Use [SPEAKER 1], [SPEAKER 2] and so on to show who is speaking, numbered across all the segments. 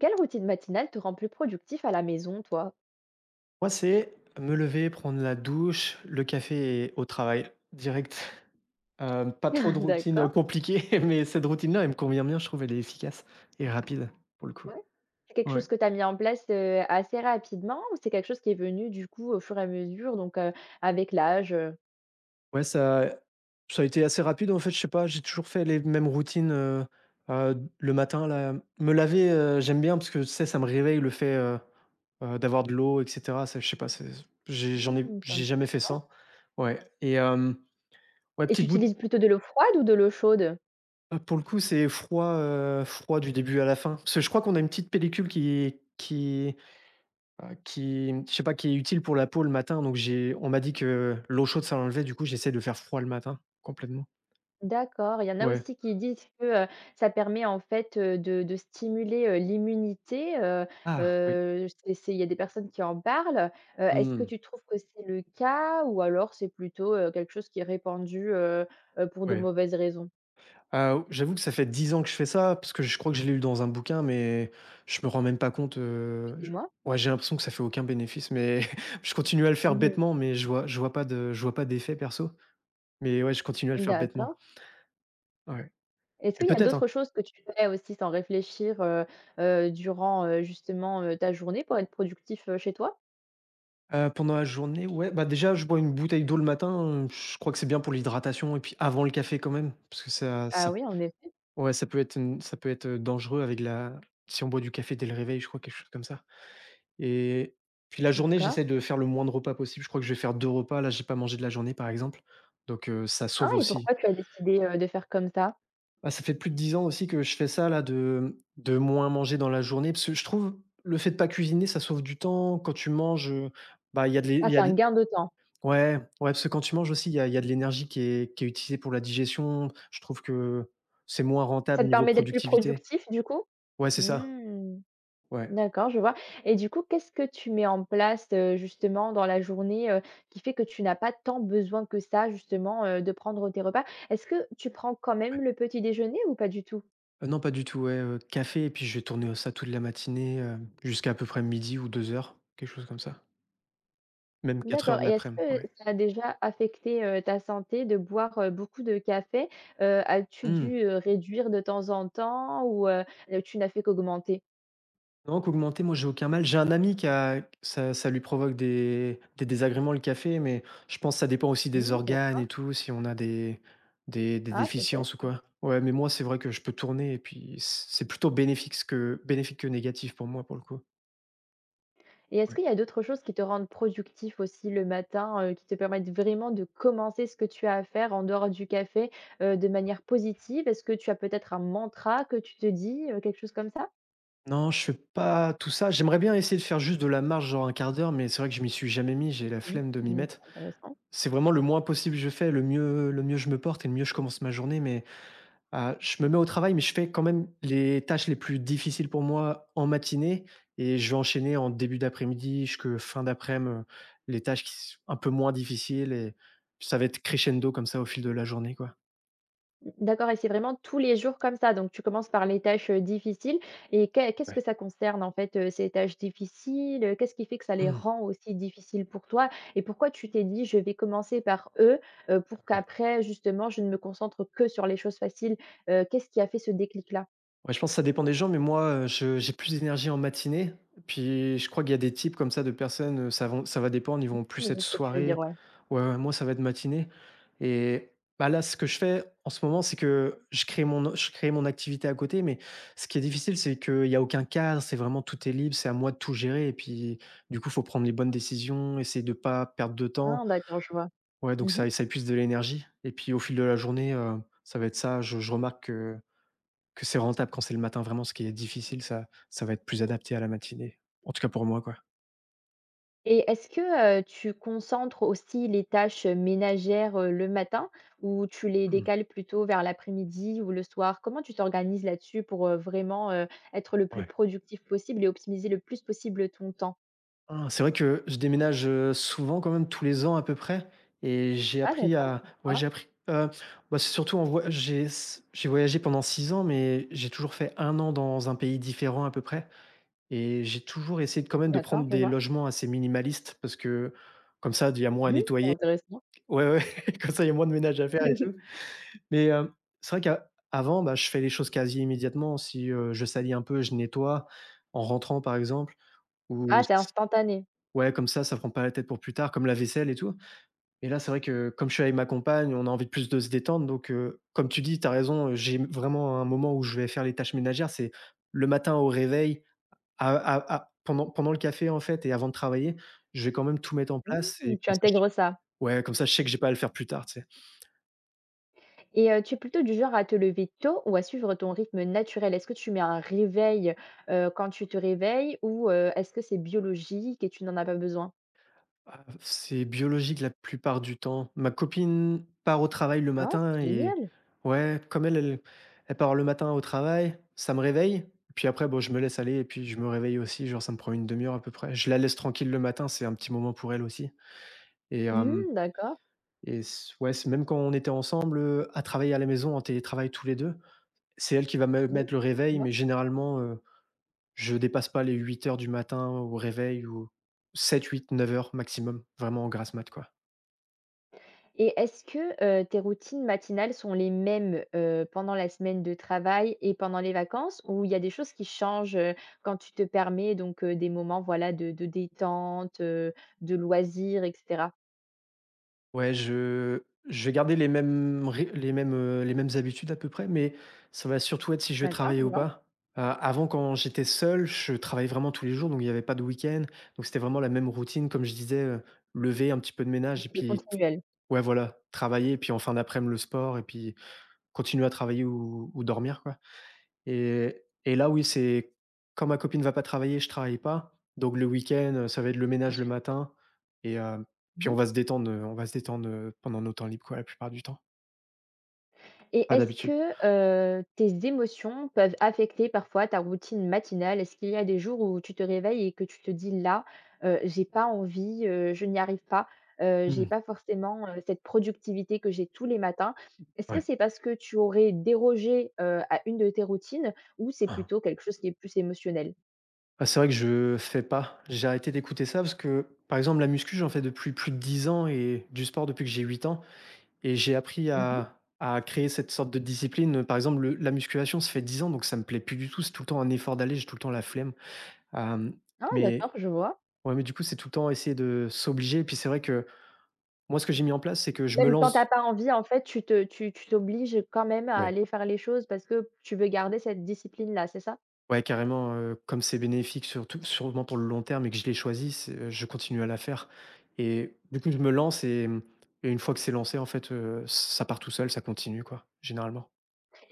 [SPEAKER 1] Quelle routine matinale te rend plus productif à la maison, toi?
[SPEAKER 2] Moi, c'est me lever, prendre la douche, le café et au travail direct. Pas trop de routine,
[SPEAKER 1] D'accord,
[SPEAKER 2] compliquée, mais cette routine-là, elle me convient bien, je trouve, elle est efficace et rapide pour le coup.
[SPEAKER 1] ouais. C'est quelque
[SPEAKER 2] Ouais.
[SPEAKER 1] chose que tu as mis en place, assez rapidement ou c'est quelque chose qui est venu, du coup, au fur et à mesure, donc avec l'âge,
[SPEAKER 2] Ouais, ça a été assez rapide, en fait, je sais pas, j'ai toujours fait les mêmes routines, le matin là, me laver, j'aime bien parce que, tu sais, ça me réveille le fait, d'avoir de l'eau et cetera. Ça, je sais pas, c'est j'ai j'en ai
[SPEAKER 1] Mmh,
[SPEAKER 2] j'ai
[SPEAKER 1] sympa,
[SPEAKER 2] jamais fait ça. Ouais et ouais,
[SPEAKER 1] et tu
[SPEAKER 2] petite bout.
[SPEAKER 1] utilises plutôt de l'eau froide ou de l'eau chaude?
[SPEAKER 2] Pour le coup, c'est froid, froid du début à la fin. Parce que je crois qu'on a une petite pellicule qui Ah. Qui, je sais pas, qui est utile pour la peau le matin, donc j'ai on m'a dit que l'eau chaude, ça l'enlevait, du coup, j'essaie de faire froid le matin, complètement.
[SPEAKER 1] D'accord, il y en a
[SPEAKER 2] Ouais.
[SPEAKER 1] aussi qui disent que, ça permet en fait, de stimuler, l'immunité,
[SPEAKER 2] Ah oui.
[SPEAKER 1] c'est il y a des personnes qui en parlent. Est-ce que
[SPEAKER 2] Mmh.
[SPEAKER 1] tu trouves que c'est le cas ou alors c'est plutôt, quelque chose qui est répandu, pour de
[SPEAKER 2] Ouais.
[SPEAKER 1] mauvaises raisons?
[SPEAKER 2] J'avoue que ça fait 10 ans que je fais ça, parce que je crois que je l'ai lu dans un bouquin, mais je me rends même pas compte, je
[SPEAKER 1] Dis-moi.
[SPEAKER 2] ouais, j'ai l'impression que ça fait aucun bénéfice, mais je continue à le faire
[SPEAKER 1] Mmh.
[SPEAKER 2] bêtement, mais je vois pas d'effet perso. Mais ouais, je continue à le faire bêtement.
[SPEAKER 1] D'accord.
[SPEAKER 2] Ouais.
[SPEAKER 1] Est-ce
[SPEAKER 2] Mais
[SPEAKER 1] qu'il y a
[SPEAKER 2] peut-être,
[SPEAKER 1] d'autres
[SPEAKER 2] hein.
[SPEAKER 1] choses que tu fais aussi sans réfléchir, durant, justement, ta journée pour être productif, chez toi?
[SPEAKER 2] Pendant la journée, ouais, bah, déjà, je bois une bouteille d'eau le matin, je crois que c'est bien pour l'hydratation et puis avant le café quand même, parce que ça
[SPEAKER 1] Ah
[SPEAKER 2] ça
[SPEAKER 1] oui, en effet.
[SPEAKER 2] ouais, ça peut être dangereux avec la si on boit du café dès le réveil, je crois, quelque chose comme ça et puis la journée,
[SPEAKER 1] D'accord.
[SPEAKER 2] j'essaie de faire le moins de repas possible. Je crois que je vais faire 2 repas. Là, j'ai pas mangé de la journée, par exemple, donc ça
[SPEAKER 1] Ah,
[SPEAKER 2] sauve
[SPEAKER 1] et
[SPEAKER 2] aussi.
[SPEAKER 1] pourquoi tu as décidé, de faire comme ça?
[SPEAKER 2] Ah, ça fait plus de 10 ans aussi que je fais ça là, de moins manger dans la journée, parce que je trouve, le fait de pas cuisiner, ça sauve du temps. Quand tu manges, bah,
[SPEAKER 1] Ah,
[SPEAKER 2] il y
[SPEAKER 1] c'est
[SPEAKER 2] a
[SPEAKER 1] un
[SPEAKER 2] de.
[SPEAKER 1] gain de temps.
[SPEAKER 2] Ouais, ouais, parce que quand tu manges aussi, il y a de l'énergie qui est utilisée pour la digestion. Je trouve que c'est moins
[SPEAKER 1] Ça
[SPEAKER 2] rentable
[SPEAKER 1] te
[SPEAKER 2] niveau
[SPEAKER 1] permet d'être plus
[SPEAKER 2] productivité.
[SPEAKER 1] productif, du coup?
[SPEAKER 2] Ouais, c'est ça.
[SPEAKER 1] Mmh.
[SPEAKER 2] Ouais,
[SPEAKER 1] D'accord, je vois, et du coup, qu'est-ce que tu mets en place, justement dans la journée, qui fait que tu n'as pas tant besoin que ça justement, de prendre tes repas? Est-ce que tu prends quand même
[SPEAKER 2] ouais.
[SPEAKER 1] le petit déjeuner ou pas du tout?
[SPEAKER 2] Non, pas du tout, ouais, café et puis je vais tourner ça toute la matinée, jusqu'à à peu près midi ou 2 heures, quelque chose comme ça. Même 4 heures
[SPEAKER 1] D'accord,
[SPEAKER 2] de
[SPEAKER 1] et est-ce
[SPEAKER 2] laprès midi
[SPEAKER 1] que
[SPEAKER 2] ouais.
[SPEAKER 1] ça a déjà affecté, ta santé de boire, beaucoup de café? As-tu
[SPEAKER 2] Mmh.
[SPEAKER 1] dû, réduire de temps en temps ou tu n'as fait qu'augmenter?
[SPEAKER 2] Non, qu'augmenter, moi j'ai aucun mal. J'ai un ami qui a ça lui provoque des désagréments le café, mais je pense que ça dépend aussi des
[SPEAKER 1] Mmh,
[SPEAKER 2] organes
[SPEAKER 1] d'accord.
[SPEAKER 2] et tout, si on a des
[SPEAKER 1] Ah
[SPEAKER 2] déficiences ou
[SPEAKER 1] peut-être.
[SPEAKER 2] quoi. Ouais, mais moi c'est vrai que je peux tourner et puis c'est plutôt bénéfique que négatif pour moi, pour le coup.
[SPEAKER 1] Et est-ce
[SPEAKER 2] Ouais.
[SPEAKER 1] qu'il y a d'autres choses qui te rendent productif aussi le matin, qui te permettent vraiment de commencer ce que tu as à faire en dehors du café, de manière positive? Est-ce que tu as peut-être un mantra que tu te dis, quelque chose comme ça?
[SPEAKER 2] Non, je fais pas tout ça. J'aimerais bien essayer de faire juste de la marche, genre un quart d'heure, mais c'est vrai que je m'y suis jamais mis, j'ai la flemme de m'y
[SPEAKER 1] Mmh,
[SPEAKER 2] mettre.
[SPEAKER 1] intéressant.
[SPEAKER 2] C'est vraiment le moins possible je fais, le mieux je me porte et le mieux je commence ma journée, mais je me mets au travail, mais je fais quand même les tâches les plus difficiles pour moi en matinée et je vais enchaîner en début d'après-midi jusque fin d'après-midi, les tâches qui s un peu moins difficiles et ça va être crescendo comme ça au fil de la journée, quoi.
[SPEAKER 1] D'accord, et c'est vraiment tous les jours comme ça? Donc tu commences par les tâches, difficiles, et qu'est-ce que
[SPEAKER 2] Ouais.
[SPEAKER 1] ça concerne en fait, ces tâches difficiles? Qu'est-ce qui fait que ça les
[SPEAKER 2] Mmh.
[SPEAKER 1] rend aussi difficiles pour toi? Et pourquoi tu t'es dit: «Je vais commencer par eux, pour qu'après justement je ne me concentre que sur les choses faciles»? Qu'est-ce qui a fait ce déclic-là?
[SPEAKER 2] Ouais, je pense que ça dépend des gens, mais moi, je j'ai plus d'énergie en matinée. Puis je crois qu'il y a des types comme ça de personnes, ça va dépendre, ils
[SPEAKER 1] Mmh,
[SPEAKER 2] vont
[SPEAKER 1] je
[SPEAKER 2] plus être
[SPEAKER 1] vois ce que tu veux dire,
[SPEAKER 2] soirée.
[SPEAKER 1] ouais.
[SPEAKER 2] Ouais, ouais, moi ça va être matinée et bah, là, ce que je fais en ce moment, c'est que je crée mon activité à côté, mais ce qui est difficile, c'est qu'il y a aucun cadre, c'est vraiment tout est libre, c'est à moi de tout gérer et puis du coup, il faut prendre les bonnes décisions, essayer de ne pas perdre de temps.
[SPEAKER 1] Ah d'accord, je vois.
[SPEAKER 2] Ouais, donc
[SPEAKER 1] Mmh.
[SPEAKER 2] ça épuise de l'énergie et puis au fil de la journée, ça va être ça. Je remarque que c'est rentable quand c'est le matin, vraiment ce qui est difficile, ça va être plus adapté à la matinée. En tout cas pour moi, quoi.
[SPEAKER 1] Et est-ce que, tu concentres aussi les tâches ménagères, le matin ou tu les
[SPEAKER 2] Mmh.
[SPEAKER 1] décales plutôt vers l'après-midi ou le soir? Comment tu t'organises là-dessus pour, vraiment, être le plus
[SPEAKER 2] Ouais.
[SPEAKER 1] productif possible et optimiser le plus possible ton temps?
[SPEAKER 2] Ah, c'est vrai que je déménage, souvent quand même, tous les ans à peu près et j'ai
[SPEAKER 1] Ah
[SPEAKER 2] appris
[SPEAKER 1] d'accord,
[SPEAKER 2] à ouais,
[SPEAKER 1] pourquoi?
[SPEAKER 2] j'ai appris, bah, c'est surtout en voy j'ai voyagé pendant 6 ans, mais j'ai toujours fait un an dans un pays différent à peu près et j'ai toujours essayé de quand même de
[SPEAKER 1] D'accord,
[SPEAKER 2] prendre
[SPEAKER 1] je
[SPEAKER 2] des
[SPEAKER 1] vois.
[SPEAKER 2] logements assez minimalistes parce que comme ça, il y a moins à
[SPEAKER 1] Mmh,
[SPEAKER 2] nettoyer.
[SPEAKER 1] intéressant.
[SPEAKER 2] Ouais, ouais, comme ça, il y a moins de ménage à faire et tout. Mais, c'est vrai qu'avant, bah, je fais les choses quasi immédiatement. Si, je salis un peu, je nettoie en rentrant, par exemple ou
[SPEAKER 1] Ah, c'est
[SPEAKER 2] s
[SPEAKER 1] instantané.
[SPEAKER 2] ouais, comme ça prend pas la tête pour plus tard, comme la vaisselle et tout. Et là, c'est vrai que comme je suis avec ma compagne, on a envie plus de se détendre donc, comme tu dis, tu as raison, j'ai vraiment un moment où je vais faire les tâches ménagères. C'est le matin au réveil, à pendant pendant le café, en fait et avant de travailler, je vais quand même tout mettre en place et
[SPEAKER 1] Mmh, tu
[SPEAKER 2] comme ça, je
[SPEAKER 1] intègres ça.
[SPEAKER 2] ouais, comme ça, je sais que j'ai pas à le faire plus tard, tu sais?
[SPEAKER 1] Et tu es plutôt du genre à te lever tôt ou à suivre ton rythme naturel? Est-ce que tu mets un réveil, quand tu te réveilles ou est-ce que c'est biologique et tu n'en as pas besoin?
[SPEAKER 2] Ah, c'est biologique la plupart du temps. Ma copine part au travail le
[SPEAKER 1] Ah,
[SPEAKER 2] matin
[SPEAKER 1] c'est
[SPEAKER 2] et
[SPEAKER 1] génial.
[SPEAKER 2] ouais, comme elle, elle part le matin au travail, ça me réveille. Puis après, bon, je me laisse aller et puis je me réveille aussi. Genre, ça me prend une demi-heure à peu près. Je la laisse tranquille le matin, c'est un petit moment pour elle aussi. Et, euh,
[SPEAKER 1] Mmh, d'accord,
[SPEAKER 2] ouais, c'est même quand on était ensemble à travailler à la maison en télétravail tous les deux, c'est elle qui va me
[SPEAKER 1] oui,
[SPEAKER 2] mettre le réveil,
[SPEAKER 1] dis-moi?
[SPEAKER 2] mais généralement, je dépasse pas les 8 heures du matin au réveil ou 7, 8, 9 heures maximum, vraiment en grasse mat, quoi.
[SPEAKER 1] Et est-ce que, tes routines matinales sont les mêmes, pendant la semaine de travail et pendant les vacances? Ou il y a des choses qui changent, quand tu te permets donc, des moments, voilà, de détente, de loisirs, et cetera?
[SPEAKER 2] Ouais, je vais garder les mêmes ré les mêmes habitudes à peu près, mais ça va surtout être si je vais
[SPEAKER 1] D'accord,
[SPEAKER 2] travailler
[SPEAKER 1] je
[SPEAKER 2] ou
[SPEAKER 1] vois.
[SPEAKER 2] pas. Avant quand j'étais seul, je travaillais vraiment tous les jours, donc il y avait pas de week-end, donc c'était vraiment la même routine comme je disais, lever, un petit peu de
[SPEAKER 1] Ou
[SPEAKER 2] ménage et
[SPEAKER 1] c'était
[SPEAKER 2] puis
[SPEAKER 1] continuel
[SPEAKER 2] ouais voilà, travailler et puis en fin d'après-midi le sport et puis continuer à travailler ou dormir quoi. Et là, oui, c'est quand ma copine va pas travailler, je travaille pas. Donc le week-end, ça va être le ménage le
[SPEAKER 1] ensuite?
[SPEAKER 2] matin et puis on va se détendre, on va se détendre, pendant nos temps libres, quoi, la plupart du temps.
[SPEAKER 1] Et
[SPEAKER 2] Pas
[SPEAKER 1] est-ce
[SPEAKER 2] d'habitude.
[SPEAKER 1] que, tes émotions peuvent affecter parfois ta routine matinale? Est-ce qu'il y a des jours où tu te réveilles et que tu te dis: «Là, j'ai pas envie, je n'y arrive pas, j'ai
[SPEAKER 2] Mmh.
[SPEAKER 1] pas forcément, cette productivité que j'ai tous les matins»? Est-ce que
[SPEAKER 2] Ouais.
[SPEAKER 1] c'est parce que tu aurais dérogé, à une de tes routines ou c'est
[SPEAKER 2] Hein.
[SPEAKER 1] plutôt quelque chose qui est plus émotionnel?
[SPEAKER 2] Ah, c'est vrai que je fais pas. J'ai arrêté d'écouter ça parce que, par exemple, la muscu, j'en fais depuis plus de 10 ans et du sport depuis que j'ai 8 ans et j'ai appris
[SPEAKER 1] Mmh.
[SPEAKER 2] à créer cette sorte de discipline. Par exemple, le la musculation, ça fait 10 ans, donc ça me plaît plus du tout. C'est tout le temps un effort d'aller, j'ai tout le temps la flemme. Hem,
[SPEAKER 1] Ah d'accord,
[SPEAKER 2] mais
[SPEAKER 1] je vois.
[SPEAKER 2] Ouais, mais du coup, c'est tout le temps essayer de s'obliger et puis c'est vrai que moi, ce que j'ai mis en place, c'est que je me
[SPEAKER 1] Même quand t'as
[SPEAKER 2] lance.
[SPEAKER 1] pas envie en fait, tu te tu tu t'obliges quand même à
[SPEAKER 2] Ouais,
[SPEAKER 1] aller faire les choses parce que tu veux garder cette discipline-là, c'est ça?
[SPEAKER 2] ouais, carrément, comme c'est bénéfique surtout sûrement pour le long terme et que je l'ai choisi, c'est, je continue à la faire et du coup, je me lance et une fois que c'est lancé, en fait, ça part tout seul, ça continue, quoi, généralement.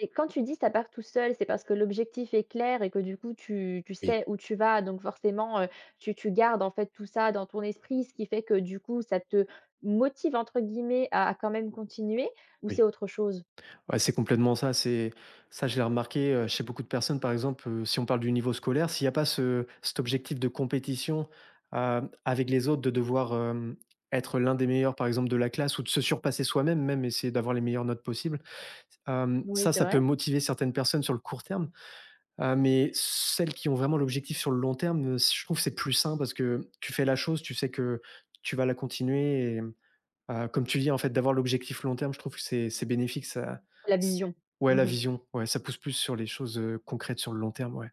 [SPEAKER 1] Et quand tu dis ça part tout seul, c'est parce que l'objectif est clair et que du coup tu sais
[SPEAKER 2] Oui,
[SPEAKER 1] où tu vas, donc forcément, tu gardes en fait tout ça dans ton esprit, ce qui fait que du coup ça te «motive» entre guillemets à quand même continuer, ou c'est
[SPEAKER 2] oui.
[SPEAKER 1] autre chose?
[SPEAKER 2] Ouais, c'est complètement ça. C'est ça, je l'ai remarqué chez beaucoup de personnes. Par exemple, si on parle du niveau scolaire, s'il n'y a pas cet objectif de compétition avec les autres, de devoir être l'un des meilleurs, par exemple, de la classe, ou de se surpasser soi-même, même essayer d'avoir les meilleures notes possibles,
[SPEAKER 1] Oui,
[SPEAKER 2] ça,
[SPEAKER 1] c'est
[SPEAKER 2] ça peut
[SPEAKER 1] vrai?
[SPEAKER 2] motiver certaines personnes sur le court terme. Mais celles qui ont vraiment l'objectif sur le long terme, je trouve que c'est plus sain parce que tu fais la chose, tu sais que tu vas la continuer. Comme tu dis, en fait, d'avoir l'objectif long terme, je trouve que c'est bénéfique, ça.
[SPEAKER 1] La
[SPEAKER 2] C
[SPEAKER 1] vision.
[SPEAKER 2] ouais, la
[SPEAKER 1] Mmh.
[SPEAKER 2] vision, ouais, ça pousse plus sur les choses, concrètes sur le long terme, ouais,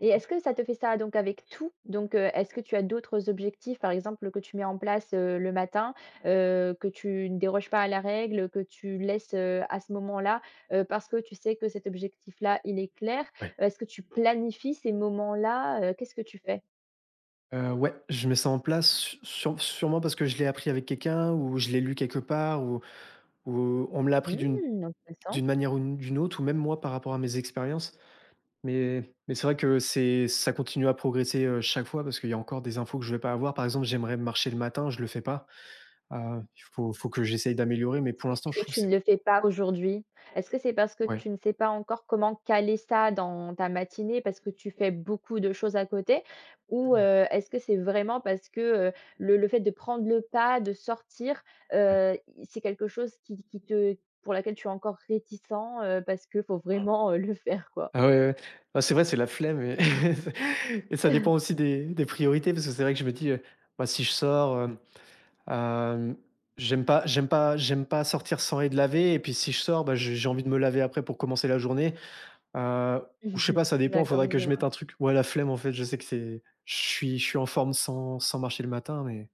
[SPEAKER 1] Et est-ce que ça te fait ça donc avec tout? Donc, est-ce que tu as d'autres objectifs, par exemple, que tu mets en place, le matin, que tu ne déroges pas à la règle, que tu laisses, à ce moment-là, parce que tu sais que cet objectif-là, il est clair?
[SPEAKER 2] ouais.
[SPEAKER 1] Est-ce que tu planifies ces moments-là? Qu'est-ce que tu fais?
[SPEAKER 2] Ouais, je mets ça en place su sûre sûrement parce que je l'ai appris avec quelqu'un ou je l'ai lu quelque part ou on me l'a appris d'une
[SPEAKER 1] Mmh, intéressant.
[SPEAKER 2] d'une manière ou d'une autre ou même moi par rapport à mes expériences. Mais mais c'est vrai que c'est ça continue à progresser, chaque fois parce qu'il y a encore des infos que je vais pas avoir. Par exemple, j'aimerais marcher le matin, je le fais pas. Il faut que j'essaye d'améliorer, mais pour l'instant, je
[SPEAKER 1] Que
[SPEAKER 2] trouve que
[SPEAKER 1] tu ne
[SPEAKER 2] c'est
[SPEAKER 1] le fais pas aujourd'hui? Est-ce que c'est parce que
[SPEAKER 2] ouais.
[SPEAKER 1] tu ne sais pas encore comment caler ça dans ta matinée parce que tu fais beaucoup de choses à côté? Ou,
[SPEAKER 2] Mmh.
[SPEAKER 1] est-ce que c'est vraiment parce que, le fait de prendre le pas, de sortir,
[SPEAKER 2] Ouais.
[SPEAKER 1] i c'est quelque chose qui te pour laquelle tu es encore réticent, parce qu'il faut vraiment, le faire, quoi?
[SPEAKER 2] Ah ouais, ouais. Bah, c'est vrai, c'est la flemme et et ça dépend aussi des priorités parce que c'est vrai que je me dis, bah, si je sors, hem, j'aime pas sortir sans être lavé et puis si je sors, bah, j'ai envie de me laver après pour commencer la journée, heu, ou je sais pas, ça dépend. Il
[SPEAKER 1] D'accord,
[SPEAKER 2] faudrait que
[SPEAKER 1] je
[SPEAKER 2] je
[SPEAKER 1] vois.
[SPEAKER 2] mette un truc, ouais, la flemme en fait, je sais que c'est je suis en forme sans marcher le matin, mais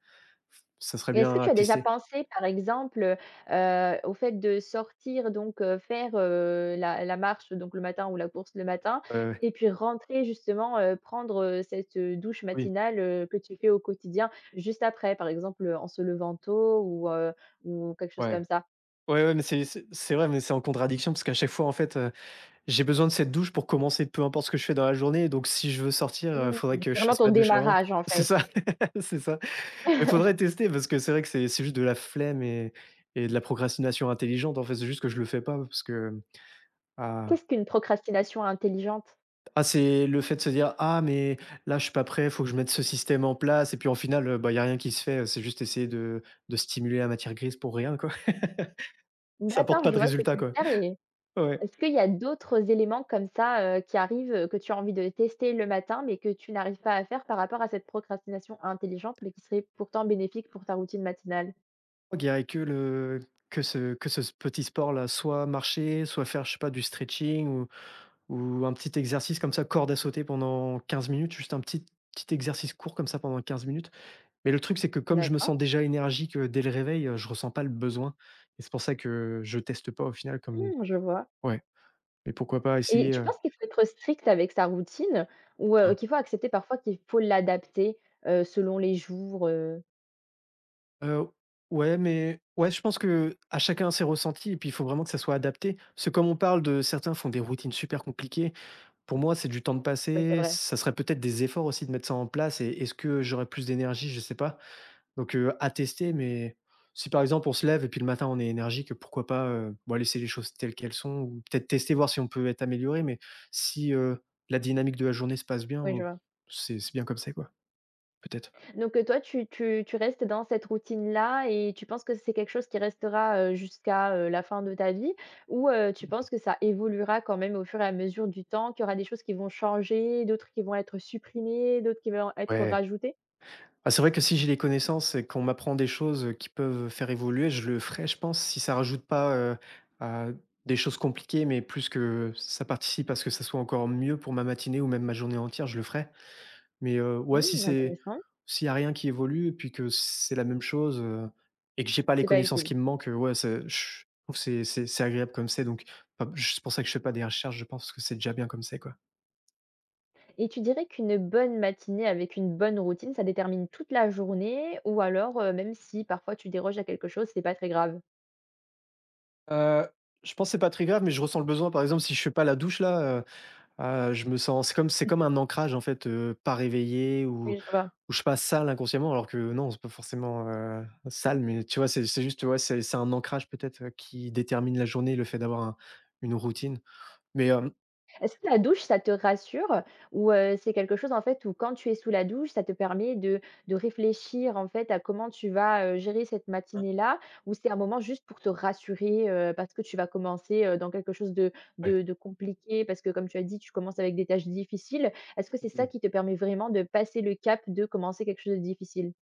[SPEAKER 2] ça serait
[SPEAKER 1] Et est-ce que
[SPEAKER 2] bien
[SPEAKER 1] tu
[SPEAKER 2] à
[SPEAKER 1] as déjà
[SPEAKER 2] tester.
[SPEAKER 1] pensé, par exemple, au fait de sortir donc, faire, la marche donc le matin ou la course le matin
[SPEAKER 2] Ouais, ouais,
[SPEAKER 1] et puis rentrer justement, prendre, cette, douche
[SPEAKER 2] oui,
[SPEAKER 1] matinale, que tu fais au quotidien juste après, par exemple, en se levant tôt, ou ou quelque chose comme
[SPEAKER 2] ouais.
[SPEAKER 1] ça?
[SPEAKER 2] Ouais, ouais, mais c'est vrai, mais c'est en contradiction parce qu'à chaque fois en fait, j'ai besoin de cette douche pour commencer peu importe ce que je fais dans la journée, donc si je veux sortir, il
[SPEAKER 1] Mmh,
[SPEAKER 2] faudrait que
[SPEAKER 1] c'est
[SPEAKER 2] je
[SPEAKER 1] vraiment
[SPEAKER 2] fasse
[SPEAKER 1] ton
[SPEAKER 2] ma douche avant.
[SPEAKER 1] démarrage en
[SPEAKER 2] C'est
[SPEAKER 1] fait.
[SPEAKER 2] ça, c'est ça. Mais faudrait tester parce que c'est vrai que c'est juste de la flemme et de la procrastination intelligente, en fait. C'est juste que je le fais pas parce que, ah
[SPEAKER 1] Qu'est-ce qu'une procrastination intelligente?
[SPEAKER 2] ah, c'est le fait de se dire : « Ah mais là, je suis pas prêt, faut que je mette ce système en place » et puis, en final, bah, y a rien qui se fait, c'est juste essayer de stimuler la matière grise pour rien, quoi. Ça apporte
[SPEAKER 1] D'accord,
[SPEAKER 2] pas
[SPEAKER 1] je
[SPEAKER 2] de
[SPEAKER 1] vois, c'est
[SPEAKER 2] résultat,
[SPEAKER 1] plus
[SPEAKER 2] quoi.
[SPEAKER 1] clair. Et
[SPEAKER 2] Ouais.
[SPEAKER 1] est-ce qu'il y a d'autres éléments comme ça, qui arrivent, que tu as envie de tester le matin, mais que tu n'arrives pas à faire par rapport à cette procrastination intelligente, mais qui serait pourtant bénéfique pour ta routine matinale?
[SPEAKER 2] Il y aurait que le que ce petit sport-là, soit marcher, soit faire, je sais pas, du stretching ou un petit exercice comme ça, corde à sauter pendant 15 minutes, juste un petit exercice court comme ça pendant 15 minutes. Mais le truc, c'est que comme je me
[SPEAKER 1] D'accord.
[SPEAKER 2] sens déjà énergique, dès le réveil, je ressens pas le besoin et c'est pour ça que je teste pas au final. Comme
[SPEAKER 1] Mmh, je vois.
[SPEAKER 2] ouais, mais pourquoi pas
[SPEAKER 1] Et
[SPEAKER 2] essayer,
[SPEAKER 1] tu penses qu'il faut être strict avec sa routine ou,
[SPEAKER 2] hein?
[SPEAKER 1] qu'il faut accepter parfois qu'il faut l'adapter, selon les jours? Oui,
[SPEAKER 2] Heu, ouais, mais ouais, je pense que à chacun ses ressentis et puis il faut vraiment que ça soit adapté. Parce que comme on parle de, certains font des routines super compliquées. Pour moi, c'est du temps de
[SPEAKER 1] c'est
[SPEAKER 2] passer.
[SPEAKER 1] vrai.
[SPEAKER 2] Ça serait peut-être des efforts aussi de mettre ça en place et est-ce que j'aurais plus d'énergie? Je sais pas. Donc, à tester, mais si par exemple on se lève et puis le matin on est énergique, pourquoi pas, bah, laisser les choses telles qu'elles sont ou peut-être tester, voir si on peut être amélioré, mais si, la dynamique de la journée se passe bien,
[SPEAKER 1] Oui, je
[SPEAKER 2] bon,
[SPEAKER 1] vois.
[SPEAKER 2] c'est bien comme ça, quoi, peut-être.
[SPEAKER 1] Donc, toi, tu restes dans cette routine-là et tu penses que c'est quelque chose qui restera, jusqu'à, la fin de ta vie? Ou, tu penses que ça évoluera quand même au fur et à mesure du temps, qu'il y aura des choses qui vont changer, d'autres qui vont être supprimées, d'autres qui vont être
[SPEAKER 2] Ouais.
[SPEAKER 1] rajoutées?
[SPEAKER 2] Ah, c'est vrai que si j'ai des connaissances et qu'on m'apprend des choses, qui peuvent faire évoluer, je le ferai, je pense, si ça rajoute pas, à des choses compliquées, mais plus que ça participe à ce que ça soit encore mieux pour ma matinée ou même ma journée entière, je le ferai. Mais, ouais, si
[SPEAKER 1] Mmh,
[SPEAKER 2] c'est
[SPEAKER 1] intéressant,
[SPEAKER 2] s'il y a rien qui évolue, et puis que c'est la même chose, et que j'ai pas les
[SPEAKER 1] c'est pas
[SPEAKER 2] connaissances
[SPEAKER 1] utile.
[SPEAKER 2] qui me manquent, ouais, c'est, je trouve que c'est agréable comme c'est, donc enfin, je c'est pour ça que je fais pas des recherches, je pense que c'est déjà bien comme c'est, quoi.
[SPEAKER 1] Et tu dirais qu'une bonne matinée avec une bonne routine, ça détermine toute la journée, ou alors, même si parfois tu déroges à quelque chose, c'est pas très grave?
[SPEAKER 2] Heu, je pense que c'est pas très grave, mais je ressens le besoin, par exemple, si je fais pas la douche là, ah, je me sens, c'est comme un ancrage en fait, pas réveillé ou
[SPEAKER 1] Oui, je vois.
[SPEAKER 2] Ou je passe sale inconsciemment alors que non, c'est pas forcément, sale, mais tu vois? C'est juste, tu vois? C'est un ancrage peut-être, qui détermine la journée, le fait d'avoir un une routine. Mais, hem.
[SPEAKER 1] Est-ce que la douche, ça te rassure ou c'est quelque chose, en fait, où quand tu es sous la douche, ça te permet de réfléchir, en fait, à comment tu vas, gérer cette
[SPEAKER 2] Hein,
[SPEAKER 1] matinée-là? Ou c'est un moment juste pour te rassurer, parce que tu vas commencer, dans quelque chose de
[SPEAKER 2] ouais.
[SPEAKER 1] compliqué? Parce que comme tu as dit, tu commences avec des tâches difficiles. Est-ce que c'est
[SPEAKER 2] Mmh
[SPEAKER 1] ça
[SPEAKER 2] mh.
[SPEAKER 1] qui te permet vraiment de passer le cap de commencer quelque chose de difficile?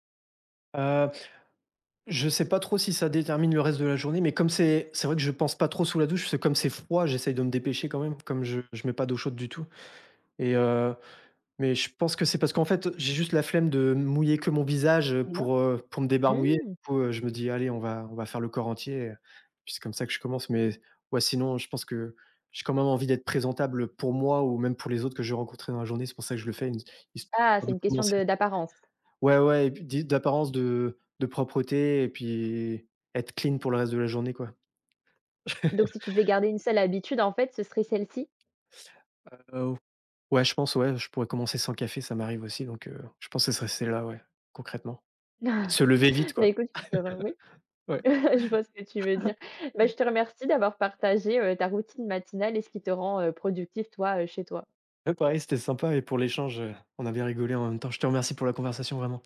[SPEAKER 2] Je sais pas trop si ça détermine le reste de la journée, mais comme c'est vrai que je pense pas trop sous la douche, c'est comme c'est froid, j'essaye de me dépêcher quand même, comme je mets pas d'eau chaude du tout et mais je pense que c'est parce qu'en fait, j'ai juste la flemme de mouiller que mon visage,
[SPEAKER 1] Et là.
[SPEAKER 2] pour me débarbouiller. Du
[SPEAKER 1] Mmh.
[SPEAKER 2] coup, je me dis : « Allez, on va faire le corps entier », puis c'est comme ça que je commence. Mais ouais, sinon, je pense que j'ai quand même envie d'être présentable pour moi ou même pour les autres que je vais rencontrer dans la journée. C'est pour ça que je le fais,
[SPEAKER 1] Ah,
[SPEAKER 2] histoire
[SPEAKER 1] c'est
[SPEAKER 2] de
[SPEAKER 1] une question
[SPEAKER 2] commencer.
[SPEAKER 1] de d'apparence.
[SPEAKER 2] Ouais, ouais, et puis d'apparence, de propreté et puis être clean pour le reste de la journée, quoi.
[SPEAKER 1] Donc si tu devais garder une seule habitude, en fait, ce serait celle-ci?
[SPEAKER 2] Heu, ouais, je pense, ouais, je pourrais commencer sans café, ça m'arrive aussi, donc je pense que ce serait celle-là, ouais, concrètement, et de se lever vite, quoi.
[SPEAKER 1] Bah, écoute, ouais.
[SPEAKER 2] Ouais.
[SPEAKER 1] Je vois ce que tu veux dire. Bah, je te remercie d'avoir partagé, ta routine matinale et ce qui te rend, productif toi, chez toi.
[SPEAKER 2] Ouais, pareil, c'était sympa et pour l'échange, on a bien rigolé en même temps. Je te remercie pour la conversation, vraiment.